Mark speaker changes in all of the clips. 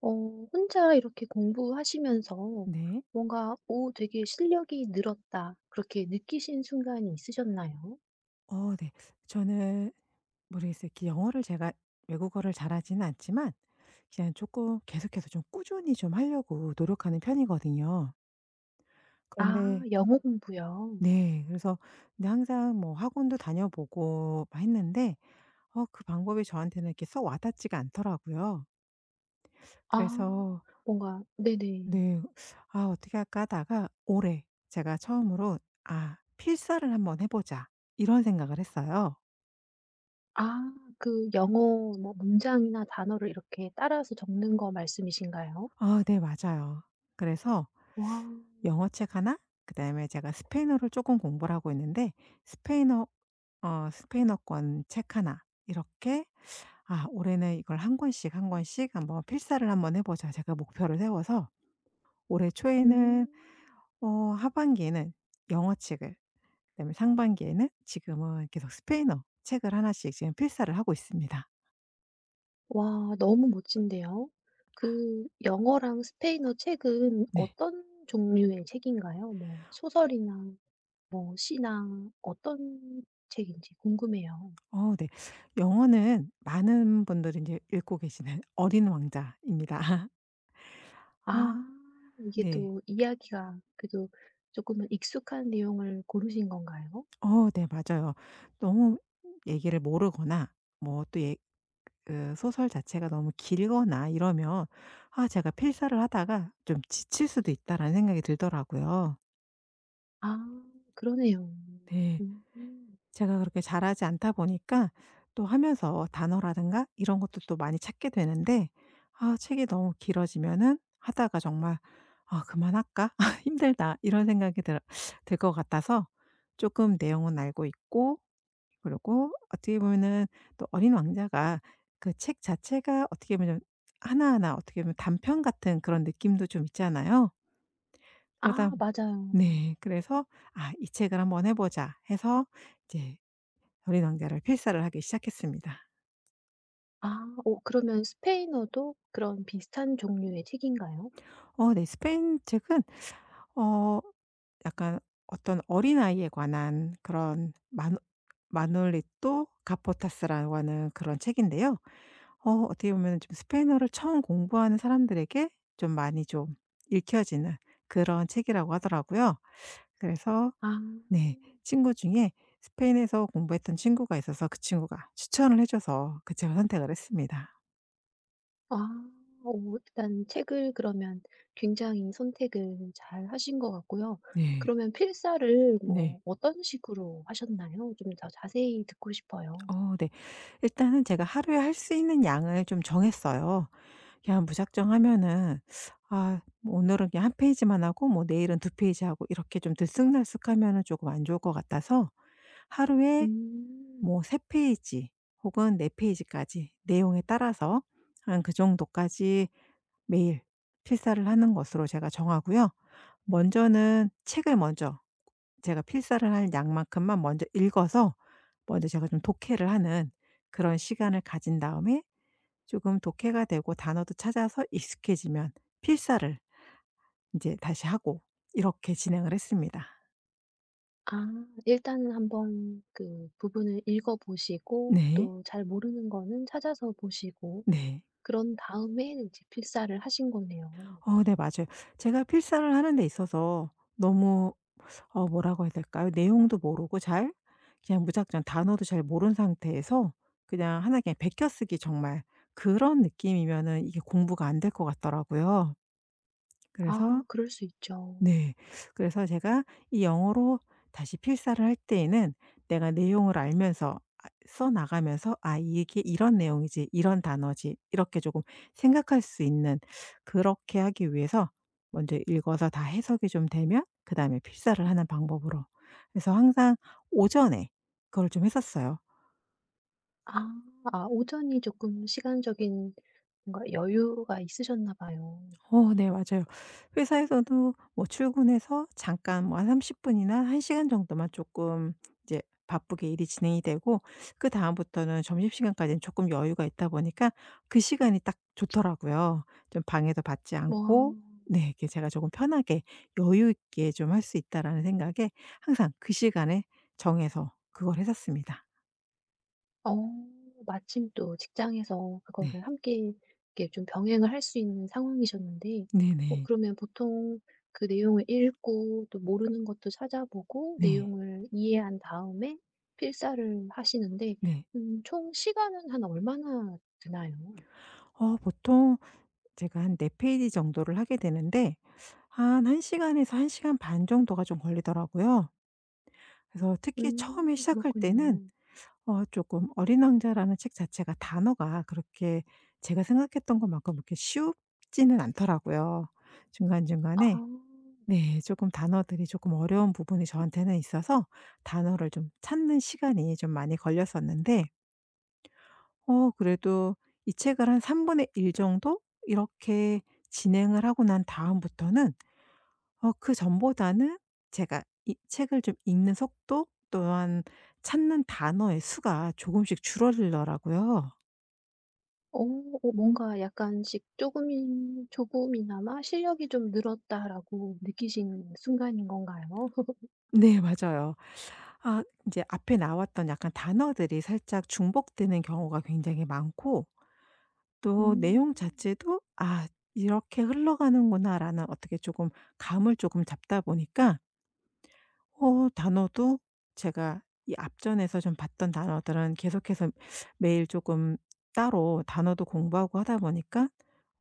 Speaker 1: 혼자 이렇게 공부하시면서
Speaker 2: 네.
Speaker 1: 뭔가 '오 되게 실력이 늘었다.' 그렇게 느끼신 순간이 있으셨나요?
Speaker 2: 네. 저는 모르겠어요. 이렇게 영어를 제가 외국어를 잘하지는 않지만, 그냥 조금 계속해서 좀 꾸준히 좀 하려고 노력하는 편이거든요.
Speaker 1: 아,
Speaker 2: 그런데
Speaker 1: 영어 공부요.
Speaker 2: 네. 그래서 근데 항상 뭐 학원도 다녀보고 막 했는데 그 방법이 저한테는 이렇게 썩 와 닿지가 않더라고요.
Speaker 1: 아,
Speaker 2: 그래서
Speaker 1: 뭔가 네네.
Speaker 2: 네. '아 어떻게 할까?' 하다가 올해 제가 처음으로 '아 필사를 한번 해 보자.' 이런 생각을 했어요.
Speaker 1: 아, 그 영어 뭐 문장이나 단어를 이렇게 따라서 적는 거 말씀이신가요?
Speaker 2: 아 네 맞아요. 그래서
Speaker 1: 와.
Speaker 2: 영어책 하나, 그다음에 제가 스페인어를 조금 공부를 하고 있는데, 스페인어, 스페인어권 책 하나 이렇게, 아 올해는 이걸 한 권씩, 한 권씩 한번 필사를 한번 해 보자, 제가 목표를 세워서 올해 초에는,
Speaker 1: 음.
Speaker 2: 어 하반기에는 영어책을, 그다음에 상반기에는 지금은 계속 스페인어 책을 하나씩 지금 필사를 하고 있습니다.
Speaker 1: 와, 너무 멋진데요. 그 영어랑 스페인어 책은
Speaker 2: 네.
Speaker 1: 어떤 종류의 책인가요? 뭐 소설이나 뭐 시나 어떤 책인지 궁금해요.
Speaker 2: 네. 영어는 많은 분들이 이제 읽고 계시는 어린 왕자입니다.
Speaker 1: 아,
Speaker 2: 어,
Speaker 1: 이게
Speaker 2: 네.
Speaker 1: 또 이야기가 그래도 조금은 익숙한 내용을 고르신 건가요?
Speaker 2: 네 맞아요. 너무 얘기를 모르거나 뭐 또 예, 그 소설 자체가 너무 길거나 이러면, 아 제가 필사를 하다가 좀 '지칠 수도 있다.'라는 생각이 들더라고요.
Speaker 1: 아, 그러네요.
Speaker 2: 네.
Speaker 1: 음.
Speaker 2: 제가 그렇게 잘하지 않다 보니까 또 하면서 단어라든가 이런 것도 또 많이 찾게 되는데, 아 책이 너무 길어지면은 하다가 정말 '아 그만할까? 힘들다.' 이런 생각이 들 것 같아서 조금 내용은 알고 있고, 그리고 어떻게 보면은 또 어린 왕자가, 그 책 자체가 어떻게 보면 하나하나 어떻게 보면 단편 같은 그런 느낌도 좀 있잖아요.
Speaker 1: 아,
Speaker 2: 그러다
Speaker 1: 맞아요.
Speaker 2: 네. 그래서 '아 이 책을 한번 해 보자.' 해서 이제 어린 왕자를 필사를 하기 시작했습니다.
Speaker 1: 아, 오, 그러면 스페인어도 그런 비슷한 종류의 책인가요?
Speaker 2: 네. 스페인 책은, 어 약간 어떤 어린아이에 관한 그런, 마누 마놀리토 카포타스라고 하는 그런 책인데요. 어떻게 보면 좀 스페인어를 처음 공부하는 사람들에게 좀 많이 좀 읽혀지는 그런 책이라고 하더라고요. 그래서
Speaker 1: 아.
Speaker 2: 네, 친구 중에 스페인에서 공부했던 친구가 있어서 그 친구가 추천을 해 줘서 그 책을 선택을 했습니다.
Speaker 1: 아. 일단 책을 그러면 굉장히 선택을 잘 하신 것 같고요.
Speaker 2: 네.
Speaker 1: 그러면 필사를
Speaker 2: 네.
Speaker 1: 뭐 어떤 식으로 하셨나요? 좀 더 자세히 듣고 싶어요.
Speaker 2: 네. 일단은 제가 하루에 할 수 있는 양을 좀 정했어요. 그냥 무작정 하면은 아 뭐 오늘은 그냥 한 페이지만 하고 뭐 내일은 두 페이지 하고 이렇게 좀 들쑥날쑥하면은 조금 안 좋을 것 같아서, 하루에
Speaker 1: 음.
Speaker 2: 뭐 3 페이지 혹은 4 페이지까지 내용에 따라서 한 그 정도까지 매일 필사를 하는 것으로 제가 정하고요. 먼저는 책을 먼저, 제가 필사를 할 양만큼만 먼저 읽어서 먼저 제가 좀 독해를 하는 그런 시간을 가진 다음에, 조금 독해가 되고 단어도 찾아서 익숙해지면 필사를 이제 다시 하고, 이렇게 진행을 했습니다.
Speaker 1: 아, 일단은 한번 그 부분을 읽어 보시고
Speaker 2: 네.
Speaker 1: 또 잘 모르는 거는 찾아서 보시고
Speaker 2: 네.
Speaker 1: 그런 다음에 이제 필사를 하신 거네요.
Speaker 2: 네 맞아요. 제가 필사를 하는 데 있어서 너무, 뭐라고 해야 될까요? 내용도 모르고 잘, 그냥 무작정 단어도 잘 모른 상태에서 그냥 하나 그냥 베껴쓰기 정말 그런 느낌이면은 이게 공부가 안 될 것 같더라고요. 그래서
Speaker 1: 아, 그럴 수 있죠.
Speaker 2: 네. 그래서 제가 이 영어로 다시 필사를 할 때에는 내가 내용을 알면서, 아 써 나가면서 '아 이게 이런 내용이지. 이런 단어지.' 이렇게 조금 생각할 수 있는, 그렇게 하기 위해서 먼저 읽어서 다 해석이 좀 되면 그다음에 필사를 하는 방법으로 해서 항상 오전에 그걸 좀 했었어요.
Speaker 1: 아. 아, 오전이 조금 시간적인 뭔가 여유가 있으셨나 봐요.
Speaker 2: 네 맞아요. 회사에서도 뭐 출근해서 잠깐 뭐 한 30 분이나 1 시간 정도만 조금 이제 바쁘게 일이 진행이 되고, 그다음부터는 점심시간까지는 조금 여유가 있다 보니까 그 시간이 딱 좋더라고요. 좀 방해도 받지
Speaker 1: 와.
Speaker 2: 않고, 네 이게 제가 조금 편하게 여유 있게 좀 할 수 있다라는 생각에 항상 그 시간에 정해서 그걸 했었습니다.
Speaker 1: 어 마침 또 직장에서 그거를
Speaker 2: 네.
Speaker 1: 함께 이렇게 좀 병행을 할 수 있는 상황이셨는데
Speaker 2: 네네.
Speaker 1: 그러면 보통 그 내용을 읽고 또 모르는 것도 찾아보고
Speaker 2: 네.
Speaker 1: 내용을 이해한 다음에 필사를 하시는데
Speaker 2: 네.
Speaker 1: 음, 총 시간은 한 얼마나 드나요?
Speaker 2: 보통 제가 한 4 페이지 정도를 하게 되는데 한 1 시간에서 1 시간 반 정도가 좀 걸리더라고요. 그래서 특히 처음에
Speaker 1: 음,
Speaker 2: 시작할 때는,
Speaker 1: 그렇군요.
Speaker 2: 쪼끔 어린 왕자라는 책 자체가 단어가 그렇게 제가 생각했던 것만큼 그렇게 쉽지는 않더라고요.
Speaker 1: 아.
Speaker 2: 중간중간에, 네 쪼끔 단어들이 쪼끔 어려운 부분이 저한테는 있어서 단어를 좀 찾는 시간이 좀 많이 걸렸었는데, 그래도 이 책을 한 3분의 1 정도 이렇게 진행을 하고 난 다음부터는, 그전보다는 제가 이 책을 좀 읽는 속도 또한 찾는 단어의 수가 조금씩 줄어들더라고요.
Speaker 1: 어 뭔가 약간씩 쪼금이 '조금이나마 실력이 좀 늘었다.'라고 느끼신 순간인 건가요?
Speaker 2: 네 맞아요. 아 이제 앞에 나왔던 약간 단어들이 살짝 중복되는 경우가 굉장히 많고, 또
Speaker 1: 음.
Speaker 2: 내용 자체도 '아 이렇게 흘러가는구나.'라는, 어떻게 조금 감을 조금 잡다 보니까 단어도, 제가 이 앞전에서 좀 봤던 단어들은 계속해서 매일 조금 따로 단어도 공부하고 하다 보니까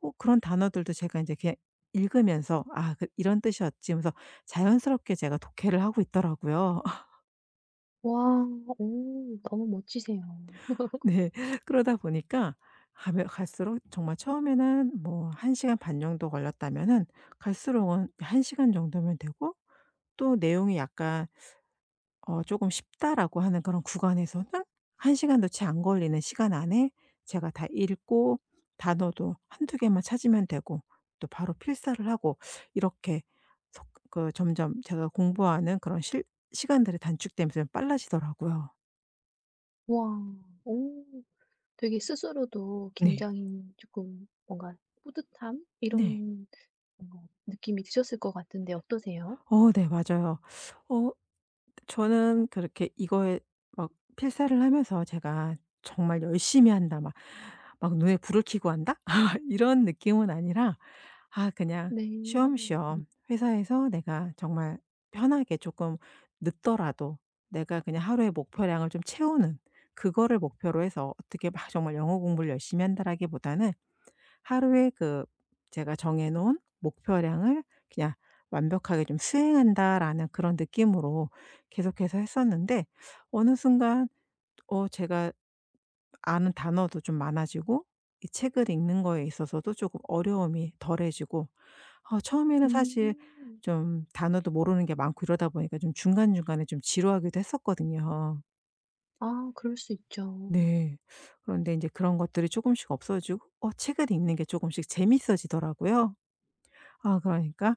Speaker 2: 그런 단어들도 제가 이제 그냥 읽으면서 '아 그 이런 뜻이었지.' 하면서 자연스럽게 제가 독해를 하고 있더라고요.
Speaker 1: 와. 오, 너무 멋지세요.
Speaker 2: 네. 그러다 보니까 하면 갈수록 정말 처음에는 뭐 1 시간 반 정도 걸렸다면은, 갈수록은 1 시간 정도면 되고, 또 내용이 약간, 조금 쉽다라고 하는 그런 구간에서는 한 시간도 채 안 걸리는 시간 안에 제가 다 읽고 단어도 한두 개만 찾으면 되고 또 바로 필사를 하고, 이렇게 속 그 점점 제가 공부하는 그런 실 시간들이 단축되면서 좀 빨라지더라고요.
Speaker 1: 와. 오, 되게 스스로도
Speaker 2: 네.
Speaker 1: 굉장히 조금 뭔가 뿌듯함
Speaker 2: 네.
Speaker 1: 이런 뭔가 느낌이 드셨을 것 같은데 어떠세요?
Speaker 2: 네 맞아요. 어 저는 그렇게 이거에 막 필사를 하면서 제가 정말 '열심히 한다.' 막 막 '눈에 불을 켜고 한다.' 이런 느낌은 아니라, 아 그냥
Speaker 1: 네.
Speaker 2: 쉬엄쉬엄 회사에서 내가 정말 편하게 조금 늦더라도 내가 그냥 하루의 목표량을 좀 채우는, 그거를 목표로 해서 어떻게 막 정말 '영어 공부를 열심히 한다.'라기보다는 하루에 그 제가 정해 놓은 목표량을 그냥 완벽하게 좀 수행한다라는 그런 느낌으로 계속해서 했었는데, 어느 순간 제가 아는 단어도 좀 많아지고 이 책을 읽는 거에 있어서도 조금 어려움이 덜해지고, 처음에는 사실
Speaker 1: 음.
Speaker 2: 좀 단어도 모르는 게 많고 이러다 보니까 좀 중간중간에 좀 지루하기도 했었거든요.
Speaker 1: 아, 그럴 수 있죠.
Speaker 2: 네. 그런데 인제 그런 것들이 조금씩 없어지고 책을 읽는 게 조금씩 재밌어지더라고요. 아 그러니까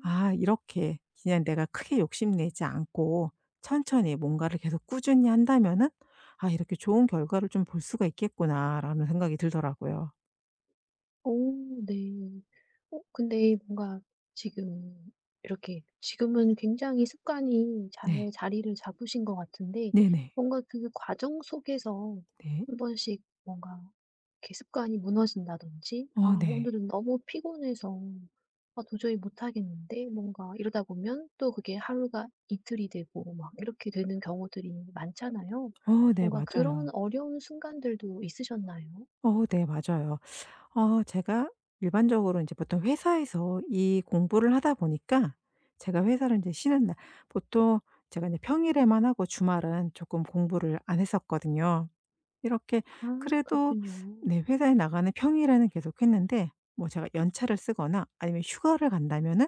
Speaker 2: '아 이렇게 그냥 내가 크게 욕심내지 않고 천천히 뭔가를 계속 꾸준히 한다면은, 아 이렇게 좋은 결과를 좀 볼 수가 있겠구나.'라는 생각이 들더라고요.
Speaker 1: 오, 네. 근데 뭔가 지금 이렇게 지금은 굉장히 습관이 잘
Speaker 2: 네.
Speaker 1: 자리를 잡으신 것 같은데
Speaker 2: 네네.
Speaker 1: 뭔가 그 과정 속에서
Speaker 2: 네.
Speaker 1: 한 번씩 뭔가 이렇게 습관이 무너진다든지 '아
Speaker 2: 네.
Speaker 1: 오늘은 너무 피곤해서 아 도저히 못하겠는데.' 뭔가 이러다 보면 또 그게 하루가 이틀이 되고 막 이렇게 되는 경우들이 많잖아요.
Speaker 2: 네
Speaker 1: 뭔가 그런
Speaker 2: 맞아요.
Speaker 1: 어려운 순간들도 있으셨나요?
Speaker 2: 네 맞아요. 제가 일반적으로 이제 보통 회사에서 이 공부를 하다 보니까, 제가 회사를 이제 쉬는 날 보통, 제가 이제 평일에만 하고 주말은 조금 공부를 안 했었거든요. 이렇게
Speaker 1: 아,
Speaker 2: 그래도
Speaker 1: 그렇군요.
Speaker 2: 네 회사에 나가는 평일에는 계속했는데, 뭐 제가 연차를 쓰거나 아니면 휴가를 간다면은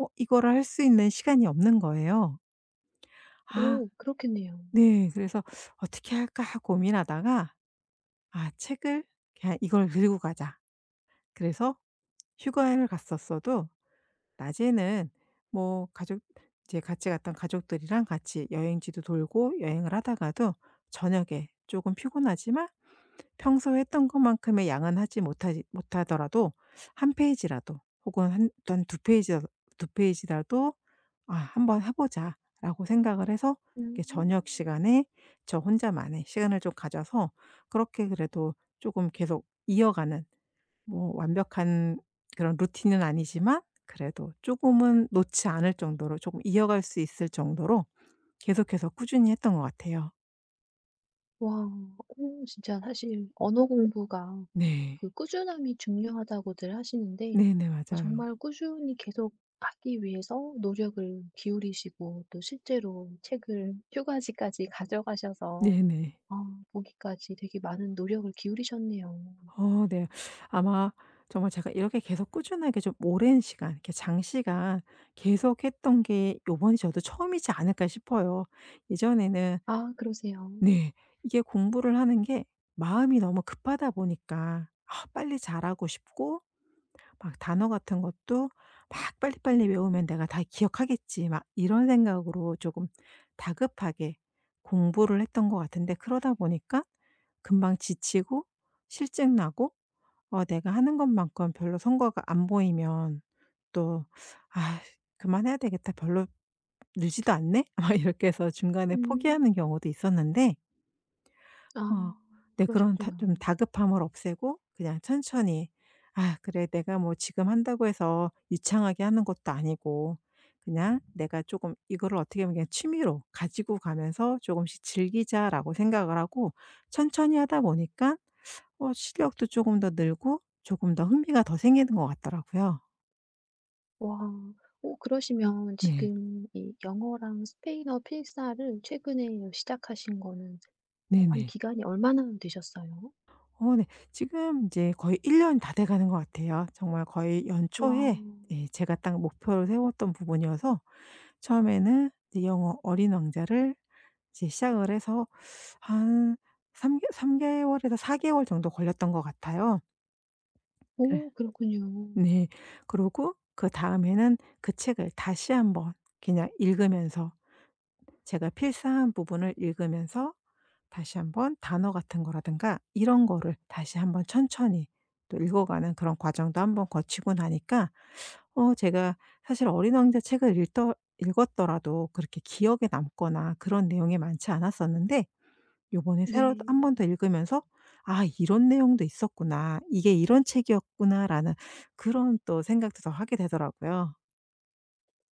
Speaker 2: 이거를 할 수 있는 시간이 없는 거예요. 아
Speaker 1: 오, 그렇겠네요.
Speaker 2: 네. 그래서 '어떻게 할까?' 고민하다가 '아 책을 그냥 이걸 들고 가자.' 그래서 휴가를 갔었어도 낮에는 뭐 가족, 이제 같이 갔던 가족들이랑 같이 여행지도 돌고 여행을 하다가도 저녁에 조금 피곤하지만 평소에 했던 것만큼의 양은 하지 못하지 못하더라도 한 페이지라도 혹은 한한 페이지 두 페이지라도 '아 한번 해 보자.'라고 생각을 해서 이렇게 저녁
Speaker 1: 음.
Speaker 2: 시간에 저 혼자만의 시간을 좀 가져서 그렇게 그래도 조금 계속 이어가는, 뭐 완벽한 그런 루틴은 아니지만 그래도 조금은 놓지 않을 정도로 조금 이어갈 수 있을 정도로 계속해서 꾸준히 했던 것 같아요.
Speaker 1: 와. 오, 진짜 사실 언어 공부가
Speaker 2: 네.
Speaker 1: 그 꾸준함이 중요하다고들 하시는데
Speaker 2: 네네.
Speaker 1: 아,
Speaker 2: 맞아요.
Speaker 1: 정말 꾸준히 계속 하기 위해서 노력을 기울이시고 또 실제로 책을 휴가지까지 가져가셔서
Speaker 2: 네네.
Speaker 1: 아, 보기까지 되게 많은 노력을 기울이셨네요.
Speaker 2: 네. 아마 정말 제가 이렇게 계속 꾸준하게 좀 오랜 시간 이렇게 장시간 계속 했던 게 요번이 저도 처음이지 않을까 싶어요. 예전에는
Speaker 1: 아, 그러세요.
Speaker 2: 네 이게 공부를 하는 게 마음이 너무 급하다 보니까 아 빨리 잘하고 싶고 막 단어 같은 것도 막 '빨리빨리 외우면 내가 다 기억하겠지.' 막 이런 생각으로 조금 다급하게 공부를 했던 것 같은데, 그러다 보니까 금방 지치고 실증 나고 내가 하는 것만큼 별로 성과가 안 보이면 또 '아 그만해야 되겠다. 별로 늘지도 않네.' 막 이렇게 해서 중간에
Speaker 1: 음.
Speaker 2: 포기하는 경우도 있었는데,
Speaker 1: 아,
Speaker 2: 어 네 그런 다
Speaker 1: 그러셨구나.
Speaker 2: 좀 다급함을 없애고 그냥 천천히 '아 그래 내가 뭐 지금 한다고 해서 유창하게 하는 것도 아니고 그냥 내가 조금 이거를 어떻게 보면 그냥 취미로 가지고 가면서 조금씩 즐기자.'라고 생각을 하고 천천히 하다 보니까 실력도 쪼금 더 늘고 조금 더 흥미가 더 생기는 것 같더라고요.
Speaker 1: 와. 그러시면
Speaker 2: 네.
Speaker 1: 지금 이 영어랑 스페인어 필사를 최근에 시작하신 거는 한
Speaker 2: 네네.
Speaker 1: 기간이 얼마나 되셨어요?
Speaker 2: 네. 지금 인제 거의 1년 다 돼 가는 것 같아요. 정말 거의
Speaker 1: 와.
Speaker 2: 연초에, 예 제가 딱 목표를 세웠던 부분이어서 처음에는 이제 영어 어린 왕자를 이제 시작을 해서 한 3개 3 개월에서 4 개월 정도 걸렸던 것 같아요. 예.
Speaker 1: 오, 그렇군요.
Speaker 2: 네. 그러고 그다음에는 그 책을 다시 한번 그냥 읽으면서, 제가 필사한 부분을 읽으면서 다시 한번 단어 같은 거라든가 이런 거를 다시 한번 천천히 또 읽어가는 그런 과정도 한번 거치고 나니까, 제가 사실 어린 왕자 책을 읽더 읽었더라도 그렇게 기억에 남거나 그런 내용이 많지 않았었는데 요번에 새로 한 번 더
Speaker 1: 네.
Speaker 2: 읽으면서 '아 이런 내용도 있었구나. 이게 이런 책이었구나.'라는 그런 또 생각도 더 하게 되더라고요.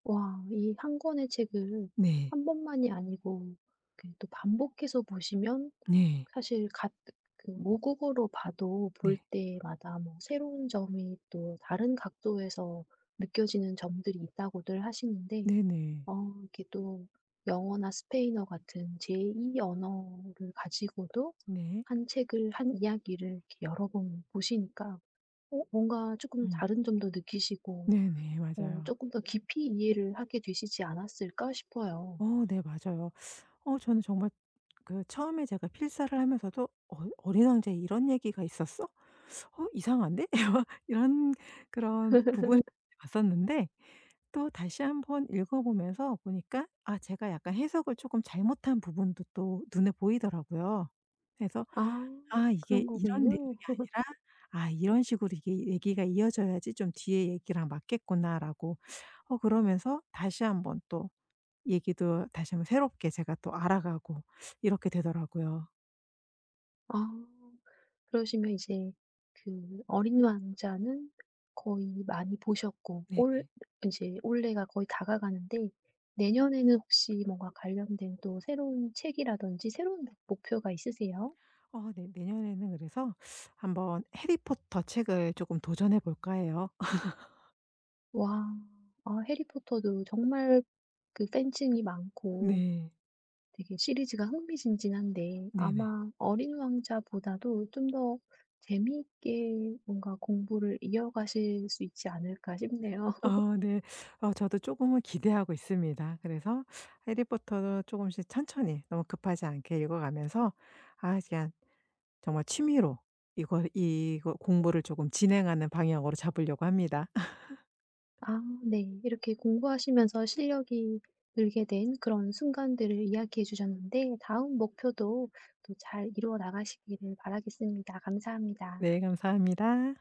Speaker 1: 와, 이 한 권의 책을
Speaker 2: 네.
Speaker 1: 한 번만이 아니고 그또 반복해서 보시면
Speaker 2: 네.
Speaker 1: 사실 같 그 모국어로 봐도 볼
Speaker 2: 네.
Speaker 1: 때마다 뭐 새로운 점이 또 다른 각도에서 느껴지는 점들이 있다고들 하시는데
Speaker 2: 네네.
Speaker 1: 이게 또 영어나 스페인어 같은 제 2 언어를 가지고도
Speaker 2: 네.
Speaker 1: 한 책을 한 이야기를 이렇게 여러 번 보시니까 어 뭔가 조금
Speaker 2: 음.
Speaker 1: 다른 점도 느끼시고
Speaker 2: 네네.
Speaker 1: 어
Speaker 2: 맞아요.
Speaker 1: 금더 깊이 이해를 하게 되시지 않았을까 싶어요.
Speaker 2: 네 맞아요. 저는 정말 그 처음에 제가 필사를 하면서도 '어 어린 왕자에 이런 얘기가 있었어? 어 이상한데?' 이런 그런 부분을 봤었는데 또 다시 한번 읽어 보면서 보니까 아 제가 약간 해석을 조금 잘못한 부분도 또 눈에 보이더라고요. 그래서
Speaker 1: 아,
Speaker 2: '아 이게
Speaker 1: 그런
Speaker 2: 이런 내용이
Speaker 1: 거군요.
Speaker 2: 아니라 아 이런 식으로 이게 얘기가 이어져야지 좀 뒤에 얘기랑 맞겠구나.'라고 그러면서 다시 한번 또 얘기도 다시 한번 새롭게 제가 또 알아가고 이렇게 되더라고요.
Speaker 1: 아. 그러시면 이제 그 어린 왕자는 거의 많이 보셨고 올
Speaker 2: 네네.
Speaker 1: 이제 올해가 거의 다가가는데 내년에는 혹시 뭔가 관련된 또 새로운 책이라든지 새로운 목 목표가 있으세요?
Speaker 2: 네. 내년에는 그래서 한번 해리포터 책을 조금 도전해 볼까 해요.
Speaker 1: 와. 아, 해리포터도 정말 그 팬층이 많고
Speaker 2: 네.
Speaker 1: 되게 시리즈가 흥미진진한데
Speaker 2: 네네.
Speaker 1: 아마 어린 왕자보다도 좀 더 재미있게 뭔가 공부를 이어가실 수 있지 않을까 싶네요.
Speaker 2: 네. 저도 조금은 기대하고 있습니다. 그래서 해리포터도 조금씩 천천히 너무 급하지 않게 읽어 가면서 아 그냥 정말 취미로 이걸 이거 공부를 조금 진행하는 방향으로 잡으려고 합니다.
Speaker 1: 아, 네. 이렇게 공부하시면서 실력이 늘게 된 그런 순간들을 이야기해 주셨는데 다음 목표도 또 잘 이루어 나가시기를 바라겠습니다. 감사합니다.
Speaker 2: 네 감사합니다.